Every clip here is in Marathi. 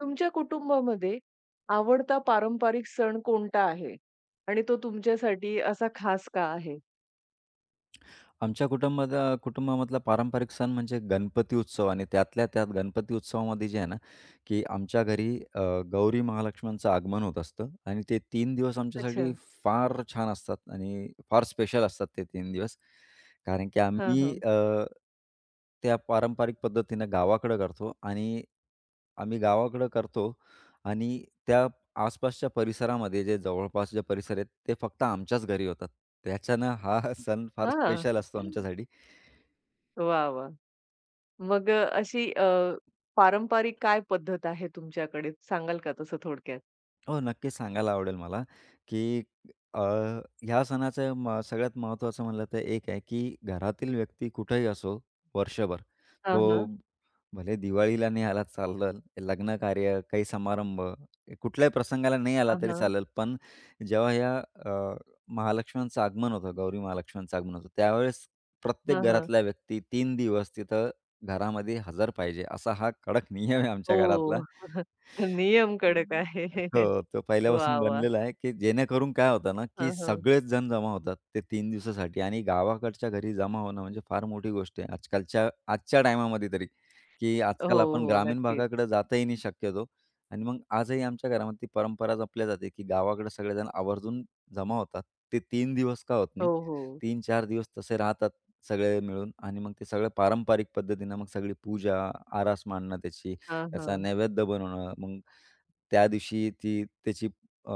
तुमच्या कुटुंबामध्ये आवडता पारंपरिक सण कोणता आहे? आणि तो तुमच्यासाठी असा खास का आहे? आमच्या कुटुंबामधला पारंपरिक सण म्हणजे गणपती उत्सव आणि त्यातल्या त्यात गणपती उत्सवामध्ये जे आहे ना, की आमच्या घरी अ, गौरी महालक्ष्म्यांचं आगमन होत असतं आणि ते 3 दिवस आमच्यासाठी अच्छा. फार छान असतात आणि फार स्पेशल असतात ते 3 दिवस. कारण की हां, आम्ही हां. त्या पारंपरिक पद्धतीनं गावाकडं करतो आणि आम्ही गावाकडं करतो त्या आसपासच्या परिसरामध्ये जे जवळपास जे परिसर आहेत, ते फक्त आमच्याच घरी होतात. त्याच्यानं हा सण फार हां. स्पेशल असतो आमच्यासाठी. वाह! वाह! मग अशी पारंपरिक काय पद्धत आहे तुमच्याकडे? सांगाल का तसं थोडक्यात? हो, नक्कीच सांगायला आवडेल मला, की अ, ह्या सणाचं सगळ्यात महत्त्वाचं म्हणलं तर एक आहे, की घरातील व्यक्ती कुठेही असो वर्षभर, हां, तो हां. भले दिवाळीला नाही आला चालेल, लग्न कार्य, काही समारंभ, कुठल्याही प्रसंगाला नाही आला हां, तरी हां. चालेल. पण जेव्हा ह्या अ, गौरी महालक्ष्म्यांचं आगमन होतं, त्यावेळेस प्रत्येक हां, हां. घरातला व्यक्ती 3 दिवस तिथं घरामध्ये हजर पाहिजे, असा हा कडक नियम आहे आमच्या घरातला. ओह! नियम कडक आहे. हो, तो वाह! पहिल्यापासून वाह! बनलेला आहे, की जेणेकरून काय होतं ना, की हां, हां. सगळेच जण जमा होतात ते 3 दिवसासाठी आणि गावाकडच्या घरी जमा होणं म्हणजे फार मोठी गोष्ट आहे आजच्या टायमामध्ये तरी, की आजकाल हो, आपण हो. ग्रामीण भागाकडे नक्कीच. जाताही नाही शक्यतो आणि मग आजही आमच्या घरामध्ये ती परंपरा जपल्या जाते, की गावाकडे सगळेजण आवर्जून जमा होतात. ते 3 दिवस का होत हो, नाही, हो. 3-4 दिवस तसे राहतात सगळे मिळून आणि मग ते सगळं पारंपरिक पद्धतीनं मग सगळी पूजा, आरास मांडणं त्याची, हां, त्याचा हां. नैवेद्य बनवणं, मग त्या दिवशी ती त्याची अ,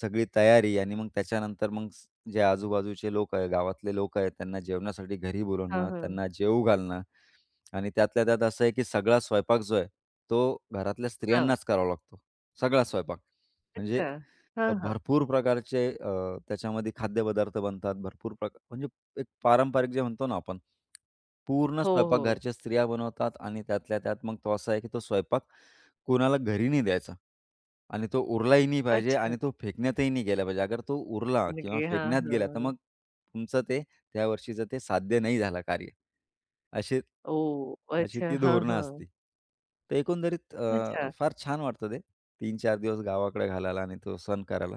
सगळी तयारी आणि मग त्याच्यानंतर मग जे आजूबाजूचे लोक आहे, गावातले लोक आहेत, त्यांना जेवणासाठी घरी हां, बोलवणं, हां. त्यांना जेवू घालणं आणि त्यातल्या त्यात असं आहे, की सगळा स्वयंपाक जो आहे, तो घरातल्या हां. स्त्रियांनाच करावा लागतो. सगळा स्वयंपाक. म्हणजे अच्छा. हां, हां. भरपूर प्रकारचे त्याच्यामध्ये खाद्यपदार्थ बनतात. भरपूर प्रकार म्हणजे एक पारंपरिक जे म्हणतो ना आपण, पूर्ण हो, स्वयंपाक हो. घरच्या स्त्रिया बनवतात आणि त्यातल्या त्यात मग तो असा आहे, की तो स्वयंपाक कोणाला घरी नाही द्यायचा आणि तो उरलाही नाही पाहिजे अच्छा. आणि तो फेकण्यातही नाही गेला पाहिजे. अगर तो उरला किंवा मुलगी. हां, फेकण्यात गेला, तर हां. मग तुमचं ते त्या वर्षीचं ते साध्य नाही झालं कार्य. अशी ओह! अशी अच्छा. ती हां, धोरणं हां. असते. तर एकंदरीत अच्छा. फार छान वाटतं ते. 3-4 दिवस गावाकडे घालायला आणि तो सण करायला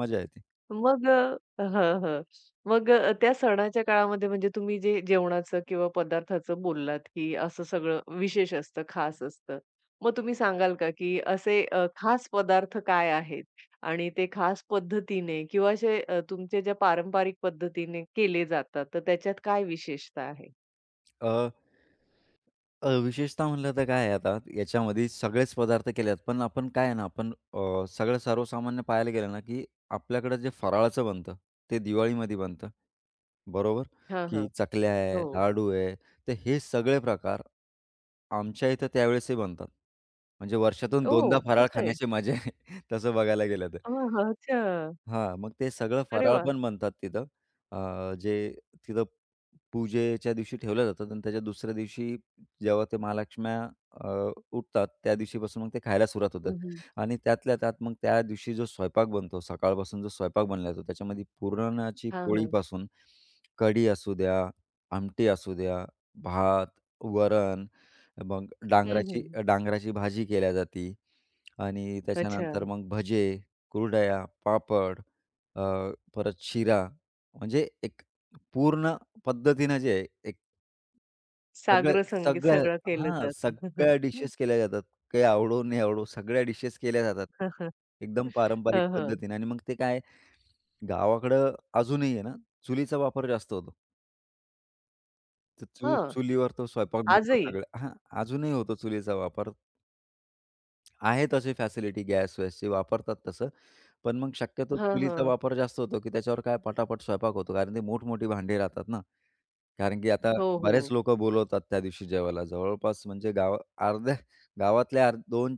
मजा येते. मग हां, हां. मग त्या सणाच्या काळामध्ये म्हणजे तुम्ही जे जेवणाचं किंवा पदार्थाचं बोललात, की असं सगळं विशेष असतं, खास असतं. मग तुम्ही सांगाल का, की असे खास पदार्थ काय आहेत? आणि ते खास पद्धतीने किंवा असे तुमच्या ज्या पारंपरिक पद्धतीने केले जातात, तर त्याच्यात काय विशेषता आहे? अ अ, विशेषतः म्हणलं तर काय आहे आता, याच्यामध्ये सगळेच पदार्थ केले आहेत. पण आपण काय आहे ना, आपण सगळं सर्वसामान्य पाहायला गेलं ना, की आपल्याकडं जे फराळाचं बनतं, ते दिवाळीमध्ये बनतं, बरोबर? हां, की हां. चकल्या आहे, हो. लाडू आहे, तर हे सगळे प्रकार आमच्या इथं त्यावेळेसही बनतात. म्हणजे वर्षातून 2दा ओह! फराळ असं आहे. खाण्याची मजा आहे, तसं बघायला गेलं तर. हां, हां. अच्छा. हां, मग ते सगळं अरे फराळ वाह! पण बनतात तिथं. जे तिथं पूजेच्या दिवशी ठेवलं जातात आणि त्याच्या दुसऱ्या दिवशी जेव्हा ते महालक्ष्म्या अ, उठतात, त्या दिवशीपासून मग ते खायला सुरुवात होतं हं, हं. आणि त्यातल्या त्यात मग त्या दिवशी जो स्वयंपाक बनतो, सकाळपासून जो स्वयंपाक बनला जातो, त्याच्यामध्ये पुरणाची हां, हां. पोळीपासून कढी असू द्या, आमटी असू द्या, भात, वरण, मग हं, डांगराची हं. डांगराची भाजी केल्या जाते आणि अच्छा. त्याच्यानंतर मग भजे. कुरडया, पापड, अ, परत शिरा म्हणजे एक पूर्ण पद्धतीनं जे आहे एक सगळ्या साग्र संगीत सगळ्या सगळं केलं हां, जातं. सगळ्या डिशेस केल्या जातात. काही आवडो, नाही आवडो सगळ्या डिशेस केल्या जातात. हं, एकदम पारंपरिक हं. पद्धतीने आणि मग ते काय गावाकडं अजूनही आहे ना, चुलीचा वापर जास्त होतो. तर हं. चुलीवर तो स्वयंपाक बनतो आजही. सगळ्या अजूनही होतो चुलीचा वापर. आहे तशी फॅसिलिटी गॅस-वॅसची वापरतात तसं. पण मग शक्यतो हं, चुलीचा हं. वापर जास्त होतो, की त्याच्यावर काय पटापट स्वयंपाक होतो. कारण ते मोठमोठी भांडी राहतात ना. कारण की आता हो, बरेच हो. लोकं बोलवतात त्या दिवशी जेवायला. जवळपास म्हणजे गाव अर्ध्या गावातल्या अर् 2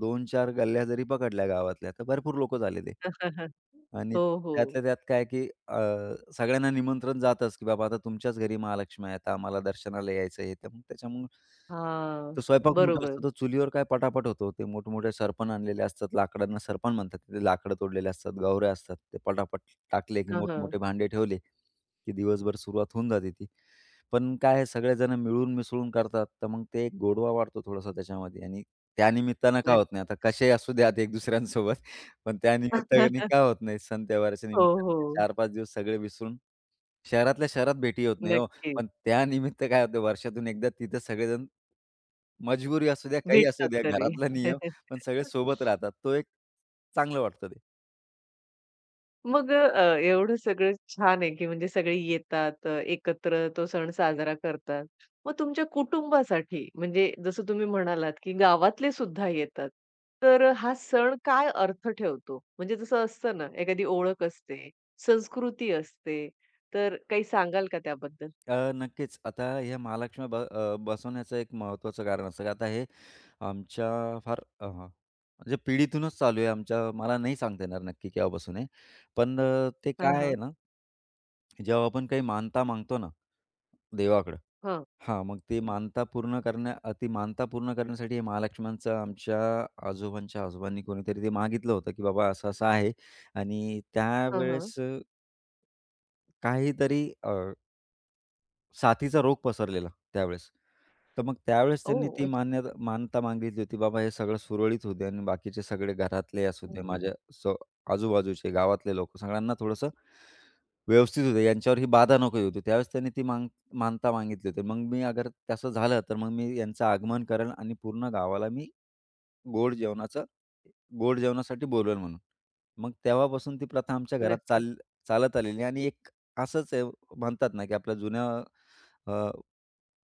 2-4 गल्ल्या जरी पकडल्या गावातल्या, तर भरपूर लोकं झाले ते. आणि हो, हो. त्यातल्या त्यात काय, की अ, सगळ्यांना निमंत्रण जातच, की बाबा आता तुमच्याच घरी महालक्ष्मी आहे, आता आम्हाला दर्शनाला यायचं आहे. तर मग त्याच्यामुळं तो हां. स्वयंपाक मोठा असतो, बरोबर. तर चुलीवर काय पटापट होतो. ते मोठमोठे सरपण आणलेले असतात. लाकडांना सरपण म्हणतात. ते लाकडं तोडलेले असतात, गावऱ्या असतात. ते पटापट टाकले, की हं, हं. मोठमोठे भांडे ठेवले, की दिवसभर सुरुवात होऊन जाते ती. पण काय आहे सगळेजण मिळून मिसळून करतात, तर मग ते एक गोडवा वाढतो थोडासा त्याच्यामध्ये आणि त्यानिमित्तानं का होत नाही. नक्की. आता कसेही असू द्यात एक दुसऱ्यांसोबत, पण त्या निमित्ताने का होत नाही. सण त्योहाराच्या हो, निमित्ताने ते हो. 4-5 दिवस सगळे विसरून शहरातल्या शहरात भेटी होत नाही हो. नक्की. पण त्यानिमित्त काय होतं वर्षातून एकदा तिथं सगळेजण मजबुरी असू द्या, काही असू भेटतात द्या, तरी. घरातला नियम, पण सगळे सोबत राहतात. तो एक चांगलं वाटतं ते. मग एवढं सगळं छान आहे, की म्हणजे सगळे येतात, एकत्र तो सण साजरा करतात. मग तुमच्या कुटुंबासाठी म्हणजे जसं तुम्ही म्हणालात, की गावातले सुद्धा येतात. तर हा सण काय अर्थ ठेवतो? म्हणजे जसं असतं ना, एखादी ओळख असते, संस्कृती असते, तर काही सांगाल का त्याबद्दल? नक्कीच आता ह्या महालक्ष्मी बसवण्याचं एक महत्त्वाचं कारण असतं. आता हे आमच्या फार म्हणजे पिढीतूनच चालू आहे आमच्या. मला नाही सांगता येणार नक्की केव्हापासून आहे. पण ते हां, काय आहे हां. ना, जेव्हा आपण काही मानता मागतो ना देवाकडं हां. हां, मग ते मानता पूर्ण ती मानता पूर्ण करण्यासाठी हे महालक्ष्म्यांचं आमच्या आजोबांच्या आजोबांनी कोणीतरी ते मागितलं होतं, की बाबा असं-असं आहे आणि हां, हां. त्यावेळेस काहीतरी साथीचा रोग पसरलेला त्यावेळेस. तर मग त्यावेळेस त्यांनी ओह! ती अच्छा. मान्यता मान्यता मागितली होती, बाबा हे सगळं सुरळीत होऊ दे आणि बाकीचे सगळे घरातले असू हं, दे, हं. माझ्या स आजूबाजूचे गावातले लोकं सगळ्यांना थोडंसं व्यवस्थित होऊ दे, यांच्यावर ही बाधा नको येऊ दे. त्यावेळेस त्यांनी ती मान्यता मागितली होती. मग अगर तसं झालं, तर मग मी यांचं आगमन करेल आणि पूर्ण गावाला मी गोड जेवणाचं गोड जेवणासाठी बोलवेल म्हणून. मग तेव्हापासून ती प्रथा आमच्या घरात नक्की. चालत आलेली आणि एक असंच आहे म्हणतात ना, की आपल्या जुन्या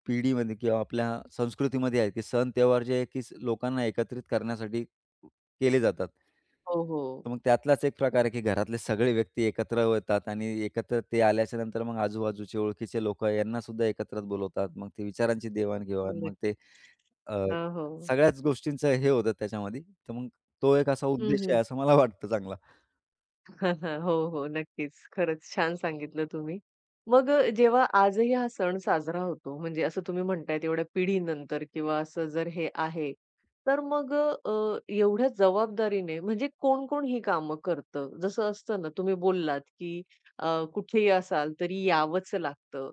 पिढीमध्ये किंवा आपल्या संस्कृतीमध्ये आहे, की सण त्योहार जे आहे, की लोकांना एकत्रित करण्यासाठी केले जातात. हो, हो. तर मग त्यातलाच एक प्रकार आहे, की घरातले सगळे व्यक्ती एकत्र येतात आणि एकत्र ते आल्याच्या नंतर मग आजूबाजूचे ओळखीचे लोकं यांना सुद्धा एकत्र बोलवतात. मग ते विचारांची देवाण-घेवाण, मग ते नक्की. अ, हां, हो. सगळ्याच गोष्टींचं हे होतं त्याच्यामध्ये. तर मग तो एक असा उद्देश हं, आहे, असं मला वाटतं चांगला. हां, हां. हो, हो. नक्कीच. खरंच छान सांगितलं तुम्ही. मग जेव्हा आजही हा सण साजरा होतो, म्हणजे असं तुम्ही म्हणताय एवढ्या पिढीनंतर किंवा असं जर हे आहे, तर मग अ, अ, एवढ्या जबाबदारीने म्हणजे कोण-कोण ही कामं करतं? जसं असतं ना, तुम्ही बोललात की अ, कुठेही असाल तरी यावंच लागतं.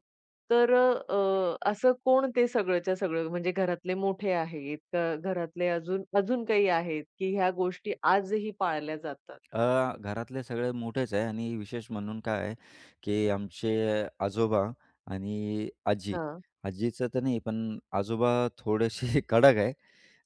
तर असं कोण ते सगळंच्या सगळं म्हणजे घरातले मोठे आहेत का घरातले अजून अजून काही आहेत की ह्या गोष्टी आजही पाळल्या जातात? घरातले सगळे मोठेच आहे आणि विशेष म्हणून काय आहे, की आमचे आजोबा आणि आजी. हां. आजीचं तर नाही, पण आजोबा थोडेसे कडक आहे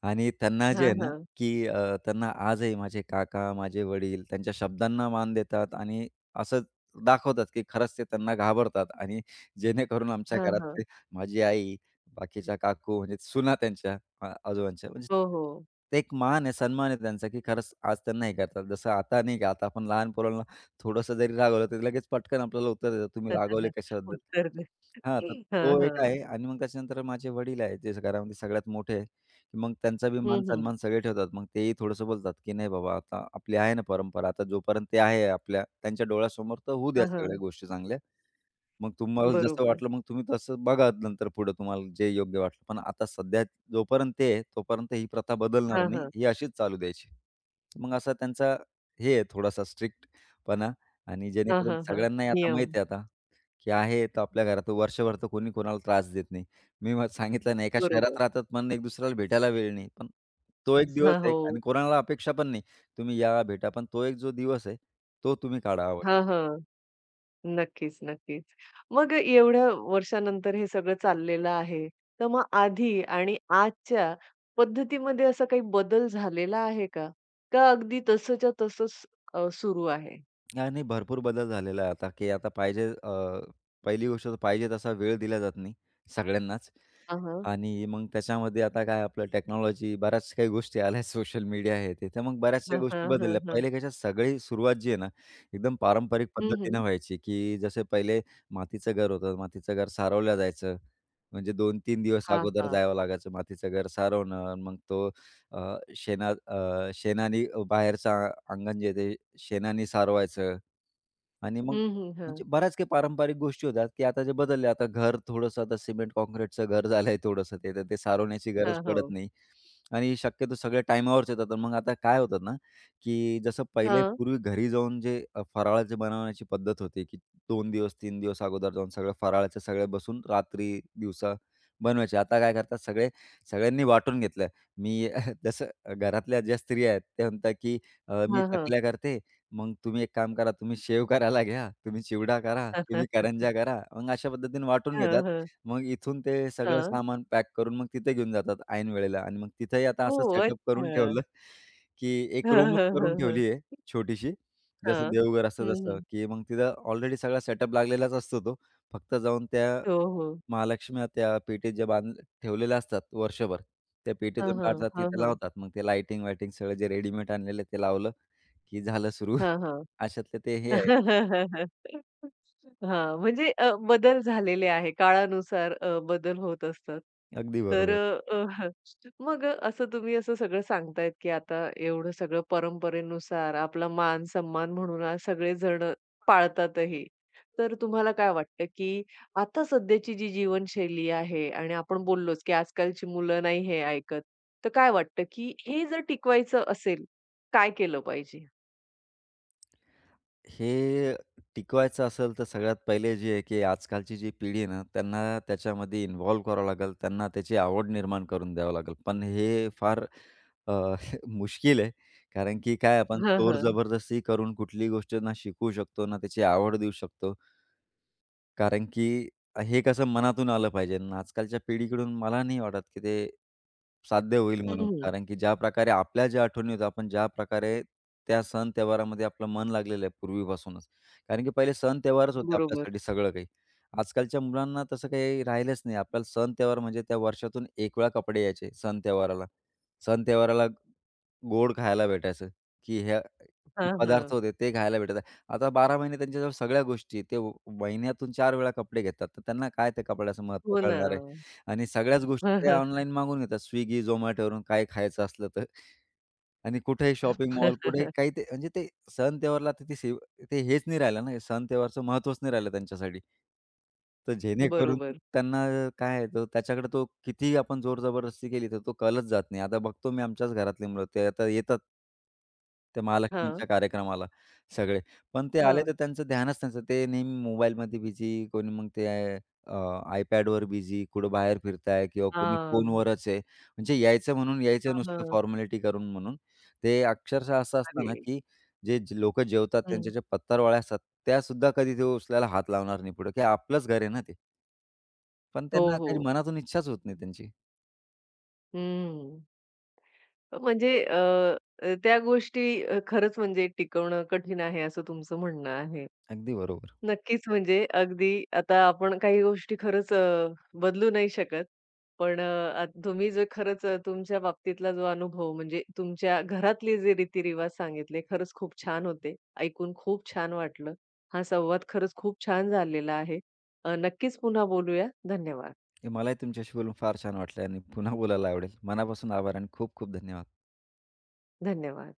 आणि त्यांना जे हां, आहे ना, हां. की त्यांना आजही माझे काका, माझे वडील त्यांच्या शब्दांना मान देतात आणि असं दाखवतात, की खरंच ते त्यांना घाबरतात आणि जेणेकरून आमच्या हां, घरातले हां. माझी आई, बाकीच्या काकू म्हणजे सुना त्यांच्या आजोबांच्या म्हणजे हो, हो. ते एक मान आहे, सन्मान आहे त्यांचा, की खरंच आज त्यांना हे करतात. जसं आता नाही का, आता आपण लहान पोरांना थोडंसं जरी रागावलं, तर लगेच पटकन आपल्याला उत्तर देतात, "तुम्ही रागावले कशाबद्दल?" उत्तर दे. हां, तर हां, तो एक हां. आहे आणि मग त्याच्यानंतर माझे वडील आहेत, जे घरामध्ये सगळ्यात मोठे आहे, की मग त्यांचा बी हं, मान हं. सन्मान सगळे ठेवतात. मग तेही थोडंसं बोलतात, की "नाही बाबा, आता आपली आहे ना परंपरा, आता जोपर्यंत ते आहे आपल्या त्यांच्या डोळ्यासमोर, तर होऊ द्या हां, सगळ्या हां. गोष्टी चांगल्या." मग तुम्हाला जसं बरोबर. वाटलं मग तुम्ही तसं बघा नंतर पुढे तुम्हाला जे योग्य वाटलं. पण आता सध्या जोपर्यंत ते आहे, तोपर्यंत ही प्रथा बदलणार हां, नाही. हां. ही अशीच चालू द्यायची. मग असा त्यांचा हे आहे थोडासा स्ट्रिक्टपणा आणि हां, जेणेकरून हां, हां. सगळ्यांनाही आता नियम. माहिती आहे आता, की आहे तर आपल्या घरात वर्षभर तर कोणी कोणाला त्रास देत नाही. मी मग सांगितलं ना एका शहरात बरोबर. राहतात म्हणून एक दुसऱ्याला भेटायला वेळ नाही. पण तो एक दिवस हां, आहे आणि हो. कोणाला अपेक्षा पण नाही. तुम्ही या भेटा पण तो एक जो दिवस आहे, तो तुम्ही काढा हां, हां. नक्कीच, नक्कीच. मग एवढ्या वर्षानंतर हे सगळं चाललेलं आहे. तर मग आधी आणि आजच्या पद्धतीमध्ये असा काही बदल झालेला आहे का? का अगदी तसंच्या तसंच सुरू आहे? नाही, नाही. भरपूर बदल झालेला आहे आता, की आता पाहिजे पहिली गोष्ट तर पाहिजे तसा वेळ दिला जात नाही सगळ्यांनाच. हां, हां. आणि मग त्याच्यामध्ये आता काय आपलं टेक्नॉलॉजी बऱ्याच काही गोष्टी आल्या, सोशल मीडिया आहे ते. तर मग बऱ्याचशा हां, हां, गोष्टी हां, बदलल्या. हां. पहिले कशा सगळी सुरुवात जी आहे ना, एकदम पारंपरिक हं, पद्धतीनं हं. व्हायची, की जसे पहिले मातीचं घर होतं, मातीचं घर सारवलं जायचं. म्हणजे 2-3 दिवस हां, अगोदर हां. जावं लागायचं मातीचं घर सारवणं. मग तो अ, शेणानी बाहेरचं अंगण जे आहे ते शेणानी सारवायचं आणि मग हं, हं. हां. म्हणजे बऱ्याच काही पारंपरिक गोष्टी होत्या, की आता जे बदलले. आता घर थोडंसं आता सिमेंट काँक्रीटचं घर झालंय थोडंसं ते, तर ते सारवण्याची गरज हां, पडत हो. नाही आणि शक्यतो सगळ्या टाईमावरच येतात. तर मग आता काय होतात ना, की जसं पहिले हां. पूर्वी घरी जाऊन जे फराळाची बनवण्याची पद्धत होती, की 2 दिवस, 3 दिवस अगोदर जाऊन सगळं फराळाचं सगळं बसून रात्री, दिवसा बनवायचे. आता काय करतात सगळे सगळ्यांनी वाटून घेतलं. मी जसं घरातल्या ज्या स्त्रिया आहेत, त्या म्हणतात, की "मी हां, हां. चकल्या करते, मग तुम्ही एक काम करा, तुम्ही शेव करायला घ्या, तुम्ही चिवडा करा, तुम्ही करंज्या करा. मग अशा पद्धतीने वाटून हां, घेतात. हां. मग इथून ते सगळं हां. सामान पॅक करून मग तिथे घेऊन जातात ऐन वेळेला आणि मग तिथेही आता असं ओह! सेटअप करून अच्छा. ठेवलं, की एक हं, रूमच हं, करून हं, हं. ठेवली आहे छोटीशी. जसं हां. देवघर असतं हं, तसं, हं. की मग तिथं ऑलरेडी सगळा सेटअप लागलेलाच असतो तो. फक्त जाऊन त्या हो, हो. महालक्ष्म्या त्या पेटीत ज्या बांध ठेवलेल्या असतात वर्षभर, त्या हां, पेटीतून हां. काढतात, हां, तिथे हां. लावतात. मग ते लाइटिंग-वायटिंग सगळं जे रेडीमेड आणलेलं आहे ते लावलं. की झालं सुरू. हां, हां. अशातलं ते हे आहे. हां, म्हणजे बदल झालेले आहे. काळानुसार बदल होत असतात. अगदी तर बरोबर. अ, अ, मग असं तुम्ही असं सगळं सांगतायत, की आता एवढं सगळं परंपरेनुसार आपला मान-सन्मान म्हणून आज सगळेजण पाळतातही. तर तुम्हाला काय वाटतं, की आता सध्याची जी जीवनशैली आहे आणि आपण बोललोच, की आजकालची मुलं नाही हे ऐकत. तर काय वाटतं, की हे जर टिकवायचं असेल, काय केलं पाहिजे? हे टिकवायचं असेल तर सगळ्यात पहिले जे आहे, की आजकालची जी पिढी आहे ना, त्यांना त्याच्यामध्ये इन्व्हॉल्व करावं लागेल. त्यांना त्याची आवड निर्माण करून द्यावं लागेल. पण हे फार अ, मुश्किल आहे. कारण की काय आपण हं, हं. जोर-जबरदस्ती करून कुठलीही गोष्ट ना शिकवू शकतो, ना त्याची आवड देऊ शकतो. कारण की हे कसं मनातून आलं पाहिजे आणि आजकालच्या पिढीकडून मला नाही वाटत की ते साध्य होईल म्हणून. हं, कारण की ज्या प्रकारे आपल्या ज्या आठवणी होत्या, आपण ज्या प्रकारे त्या सण त्योहारामध्ये आपलं मन लागलेलं आहे पूर्वीपासूनच. कारण की पहिले सण त्योहारच होते बरोबर. आपल्यासाठी सगळं काही. आजकालच्या मुलांना तसं काही राहिलंच नाही. आपल्याला सण त्योहार म्हणजे त्या वर्षातून एक वेळा कपडे यायचे सण त्योहाराला. सण त्योहाराला गोड खायला भेटायचं, की ह्या जे हां, पदार्थ हां. होते ते खायला भेटत आता 12 महिने त्यांच्याजवळ सगळ्या गोष्टी ते महिन्यातून 4 वेळा कपडे घेतात. तर त्यांना काय त्या कपड्याचं महत्त्व हो ना. कळणार आहे? आणि सगळ्याच गोष्टी ते ऑनलाईन मागवून घेतात Swiggy, Zomatoवरून काय खायचं असलं तर. आणि कुठेही शॉपिंग हं, मॉल, कुठेही हं. काही ते म्हणजे ते सण-त्योहारला तर ते ते हेच नाही राहिलं ना, सण-त्योहारचं महत्त्वच नाही राहिलं त्यांच्यासाठी. तर जेणेकरून बरोबर. त्यांना काय आहे, तो त्याच्याकडे तो कितीही आपण जोर जबरदस्ती केली, तर तो कलच जात नाही. आता बघतो मी आमच्याच घरातली मुलं, ते आता येतात त्या हां, महालक्ष्मीच्या कार्यक्रमाला सगळे. पण ते आले हां. तर त्यांचं ध्यानच त्यांचं ते नेहमी मोबाईलमध्ये बिझी, कोणी मग ते अ, iPadवर बिझी, कुठं बाहेर फिरताय किंवा कोणी हां, फोनवरच आहे. म्हणजे यायचं म्हणून यायचं हां, नुसतं हां. फॉर्मॅलिटी करून म्हणून. ते अक्षरशः असं असतं ना, अरे! की जे लोकं जेवतात हं. त्यांच्या ज्या पत्तारवळ्या असतात, त्यासुद्धा कधी ते उचलायला हात लावणार नाही पुढं, की आपलंच घर आहे ना ते. पण हो, त्यांना काही हो. मनातून इच्छाच होत नाही त्यांची. हं. म्हणजे अ, अ, त्या गोष्टी खरंच म्हणजे टिकवणं कठीण आहे असं तुमचं म्हणणं आहे. अगदी बरोबर. नक्कीच, म्हणजे अगदी आता आपण काही गोष्टी खरंच बदलू नाही शकत. पण अ, आ तुम्ही जो खरंच तुमच्या बाबतीतला जो अनुभव म्हणजे तुमच्या घरातले जे रीतिरिवाज सांगितले खरंच खूप छान होते. ऐकून खूप छान वाटलं. हा संवाद खरंच खूप छान झालेला आहे. नक्कीच पुन्हा बोलूया. धन्यवाद. हे मलाही तुमच्याशी बोलून फार छान वाटलं आणि पुन्हा बोलायला आवडेल. मनापासून आभार आणि खूप खूप धन्यवाद. धन्यवाद.